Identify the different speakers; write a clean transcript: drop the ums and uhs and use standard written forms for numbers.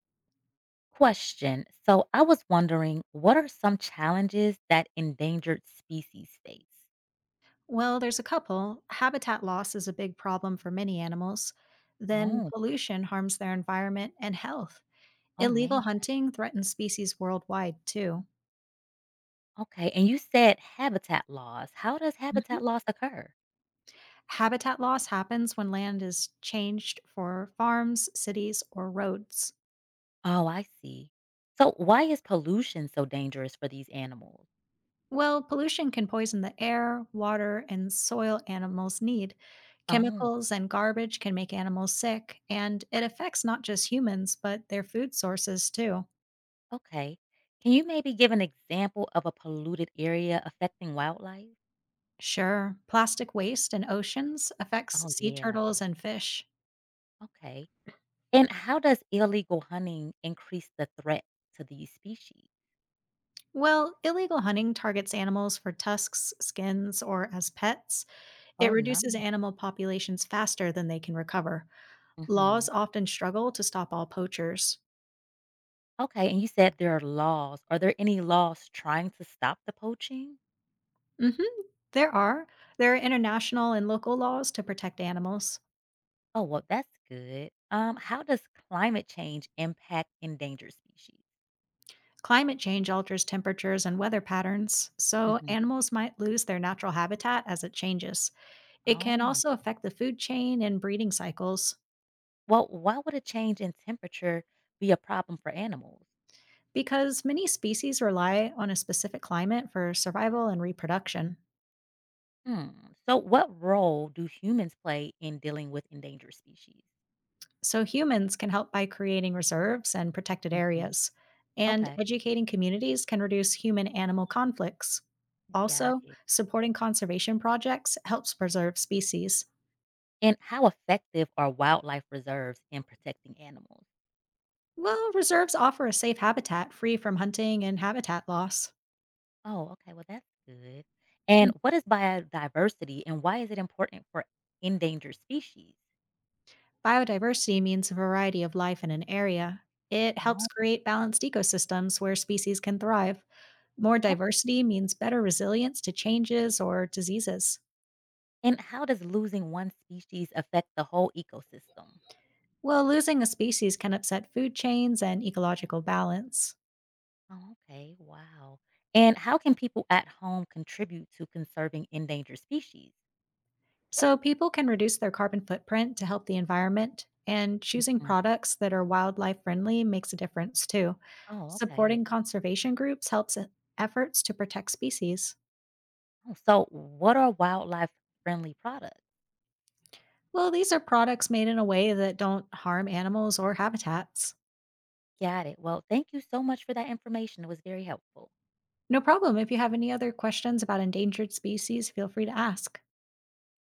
Speaker 1: Question. So I was wondering, what are some challenges that endangered species face?
Speaker 2: Well, there's a couple. Habitat loss is a big problem for many animals. Then
Speaker 1: Oh,
Speaker 2: pollution harms their environment and health.
Speaker 1: oh man.
Speaker 2: Illegal hunting threatens species worldwide, too.
Speaker 1: Okay. And you said habitat loss. How does habitat
Speaker 2: Mhm.
Speaker 1: loss occur?
Speaker 2: Habitat loss happens when land is changed for farms, cities, or roads.
Speaker 1: Oh, I see. So why is pollution so dangerous for these animals?
Speaker 2: Well, pollution can poison the air, water, and soil animals need.
Speaker 1: Oh,
Speaker 2: Chemicals and garbage can make animals sick, and it affects not just humans, but their food sources, too.
Speaker 1: okay. Can you maybe give an example of a polluted area affecting wildlife?
Speaker 2: Sure. Plastic waste in oceans affects
Speaker 1: Oh,
Speaker 2: sea
Speaker 1: yeah.
Speaker 2: turtles and fish.
Speaker 1: Okay. And how does illegal hunting increase the threat to these species?
Speaker 2: Well, illegal hunting targets animals for tusks, skins, or as pets. It
Speaker 1: Oh, no.
Speaker 2: reduces animal populations faster than they can recover.
Speaker 1: Hmm.
Speaker 2: Laws often struggle to stop all poachers.
Speaker 1: Okay, and you said there are laws. Are there any laws trying to stop the poaching?
Speaker 2: hmm There are. There are international and local laws to protect animals.
Speaker 1: Oh, well, that's good. How does climate change impact endangered species?
Speaker 2: Climate change alters temperatures and weather patterns, so
Speaker 1: Mhm.
Speaker 2: animals might lose their natural habitat as it changes. It can
Speaker 1: Oh,
Speaker 2: also affect the food chain and breeding cycles.
Speaker 1: well, why would a change in temperature be a problem for animals?
Speaker 2: Because many species rely on a specific climate for survival and reproduction,
Speaker 1: Hmm. So, what role do humans play in dealing with endangered species?
Speaker 2: so humans can help by creating reserves and protected
Speaker 1: Mhm.
Speaker 2: areas, and
Speaker 1: Okay,
Speaker 2: educating communities can reduce human animal conflicts.
Speaker 1: got
Speaker 2: Also,
Speaker 1: it.
Speaker 2: supporting conservation projects helps preserve species.
Speaker 1: And how effective are wildlife reserves in protecting animals?
Speaker 2: Well, reserves offer a safe habitat free from hunting and habitat loss.
Speaker 1: Oh, okay. Well, that's good. And what is biodiversity and why is it important for endangered species?
Speaker 2: Biodiversity means a variety of life in an area. It helps
Speaker 1: Oh,
Speaker 2: create balanced ecosystems where species can thrive. More
Speaker 1: okay.
Speaker 2: diversity means better resilience to changes or diseases.
Speaker 1: And how does losing one species affect the whole ecosystem?
Speaker 2: Well, losing a species can upset food chains and ecological balance.
Speaker 1: Oh, okay. Wow. And how can people at home contribute to conserving endangered species?
Speaker 2: So, people can reduce their carbon footprint to help the environment, and choosing
Speaker 1: Mhm.
Speaker 2: products that are wildlife friendly makes a difference too.
Speaker 1: Oh, okay.
Speaker 2: Supporting
Speaker 1: Yeah.
Speaker 2: conservation groups helps in efforts to protect species.
Speaker 1: Oh, so, what are wildlife friendly products?
Speaker 2: Well, these are products made in a way that don't harm animals or habitats.
Speaker 1: Got it. Well, thank you so much for that information. It was very helpful.
Speaker 2: No problem. If you have any other questions about endangered species, feel free to ask.